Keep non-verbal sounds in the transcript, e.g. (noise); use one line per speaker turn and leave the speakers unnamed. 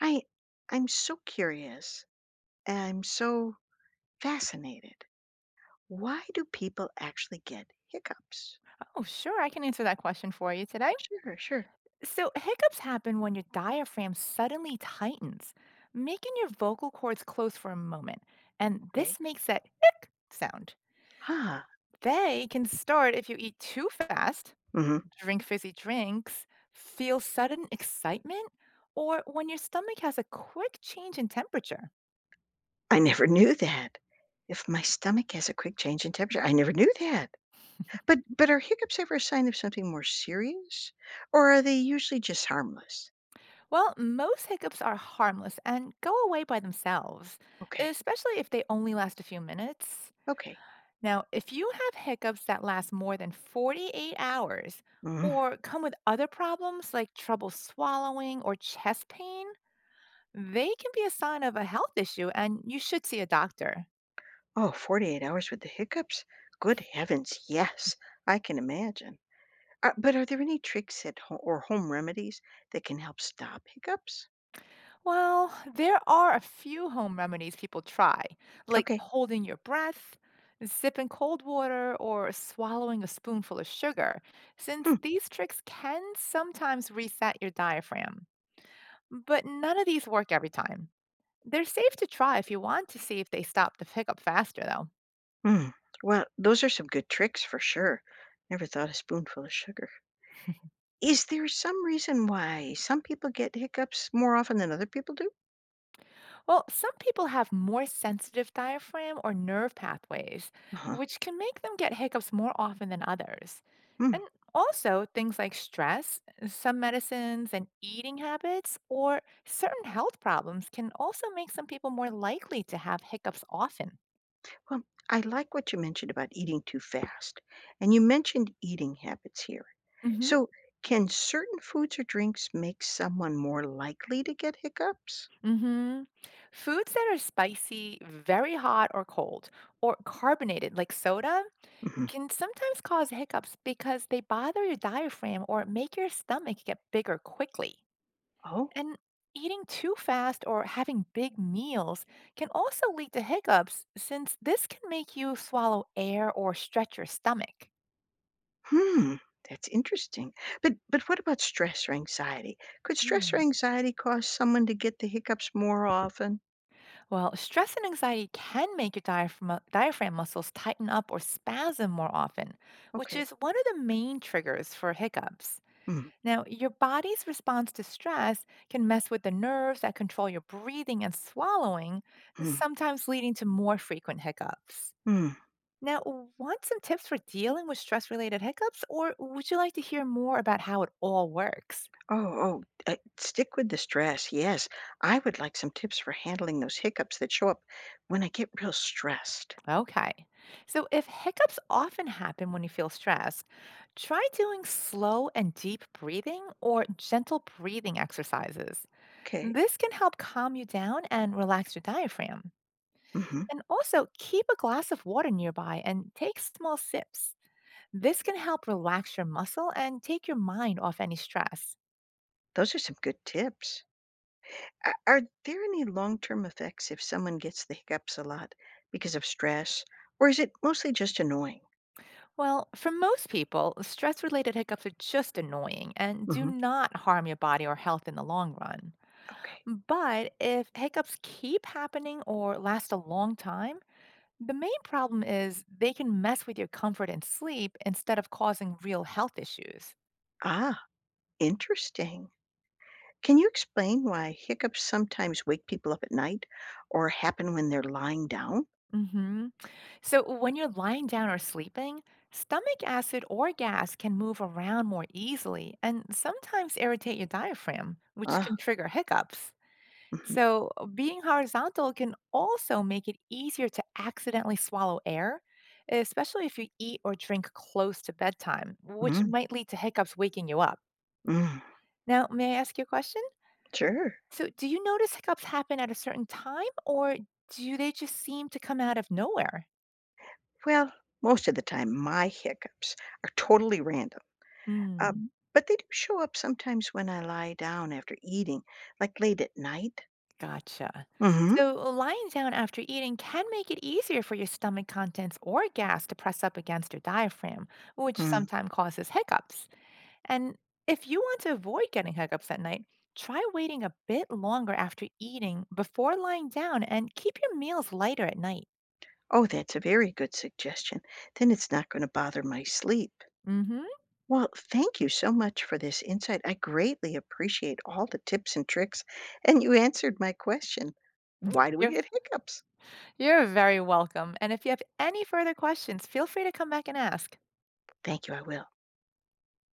I I'm so curious and I'm so fascinated. Why do people actually get hiccups?
Oh, sure. I can answer that question for you today.
Sure, sure.
So, hiccups happen when your diaphragm suddenly tightens, making your vocal cords close for a moment. And
Okay.
this makes that hic sound.
Ah,
They can start if you eat too fast,
hmm.
drink fizzy drinks, feel sudden excitement, or when your stomach has a quick change in temperature.
I never (laughs) knew that. If my stomach has a quick change in temperature, I never knew that. But are hiccups ever a sign of something more serious, or are they usually just harmless?
Well, most hiccups are harmless and go away by themselves,
Okay,
especially if they only last a few minutes.
okay.
Now, if you have hiccups that last more than 48 hours
Mm.
or come with other problems like trouble swallowing or chest pain, they can be a sign of a health issue and you should see a doctor.
Oh, 48 hours with the hiccups. Good heavens, yes, I can imagine. But are there any tricks or home remedies that can help stop hiccups?
Well, there are a few home remedies people try, like
Okay.
holding your breath, sipping cold water, or swallowing a spoonful of sugar,
Hmm.
since these tricks can sometimes reset your diaphragm. But none of these work every time. They're safe to try if you want to see if they stop the hiccup faster, though.
Hmm. Well, those are some good tricks for sure. Never thought a spoonful of sugar. Is there some reason why some people get hiccups more often than other people do?
Well, some people have more sensitive diaphragm or nerve pathways,
Uh huh.
which can make them get hiccups more often than others.
Hmm.
And also, things like stress, some medicines, and eating habits, or certain health problems can also make some people more likely to have hiccups often.
Well, I like what you mentioned about eating too fast, and you mentioned eating habits here.
Mm-hmm.
So, can certain foods or drinks make someone more likely to get hiccups?
Mm-hmm. Foods that are spicy, very hot or cold, or carbonated like soda
Hmm.
can sometimes cause hiccups because they bother your diaphragm or make your stomach get bigger quickly.
Oh.
And eating too fast or having big meals can also lead to hiccups since this can make you swallow air or stretch your stomach.
Hmm, that's interesting. But what about stress or anxiety? Could stress or
Hmm.
anxiety cause someone to get the hiccups more often?
Well, stress and anxiety can make your diaphragm muscles tighten up or spasm more often, which
Okay.
is one of the main triggers for hiccups.
Hmm.
Now, your body's response to stress can mess with the nerves that control your breathing and swallowing,
Hmm.
sometimes leading to more frequent hiccups.
Mm.
Now, want some tips for dealing with stress related hiccups, or would you like to hear more about how it all works?
Oh, stick with the stress. Yes, I would like some tips for handling those hiccups that show up when I get real stressed.
Okay. So, if hiccups often happen when you feel stressed, try doing slow and deep breathing or gentle breathing exercises.
Okay.
This can help calm you down and relax your diaphragm.
Hmm.
And also, keep a glass of water nearby and take small sips. This can help relax your muscle and take your mind off any stress.
Those are some good tips. Are there any long-term effects if someone gets the hiccups a lot because of stress, or is it mostly just annoying?
Well, for most people, stress related hiccups are just annoying and do
Hmm.
not harm your body or health in the long run.
Okay.
But if hiccups keep happening or last a long time, the main problem is they can mess with your comfort and sleep instead of causing real health issues.
Ah, interesting. Can you explain why hiccups sometimes wake people up at night or happen when they're lying down?
Mhm. So, when you're lying down or sleeping, stomach acid or gas can move around more easily and sometimes irritate your diaphragm, which can
Ah,
trigger hiccups.
mhm,
So, being horizontal can also make it easier to accidentally swallow air, especially if you eat or drink close to bedtime, which
mm,
might lead to hiccups waking you up.
mm,
Now, may I ask you a question?
sure.
So, do you notice hiccups happen at a certain time or do they just seem to come out of nowhere?
Well, most of the time, my hiccups are totally random,
Hmm.
but they do show up sometimes when I lie down after eating, like late at night.
Gotcha.
Hmm.
So lying down after eating can make it easier for your stomach contents or gas to press up against your diaphragm, which
Mm.
sometimes causes hiccups. And if you want to avoid getting hiccups at night, try waiting a bit longer after eating before lying down and keep your meals lighter at night.
Oh, that's a very good suggestion. Then it's not going to bother my sleep.
Mhm.
Well, thank you so much for this insight. I greatly appreciate all the tips and tricks, and you answered my question, why do we
You're
get hiccups?
you're very welcome. And if you have any further questions, feel free to come back and ask.
Thank you, I will.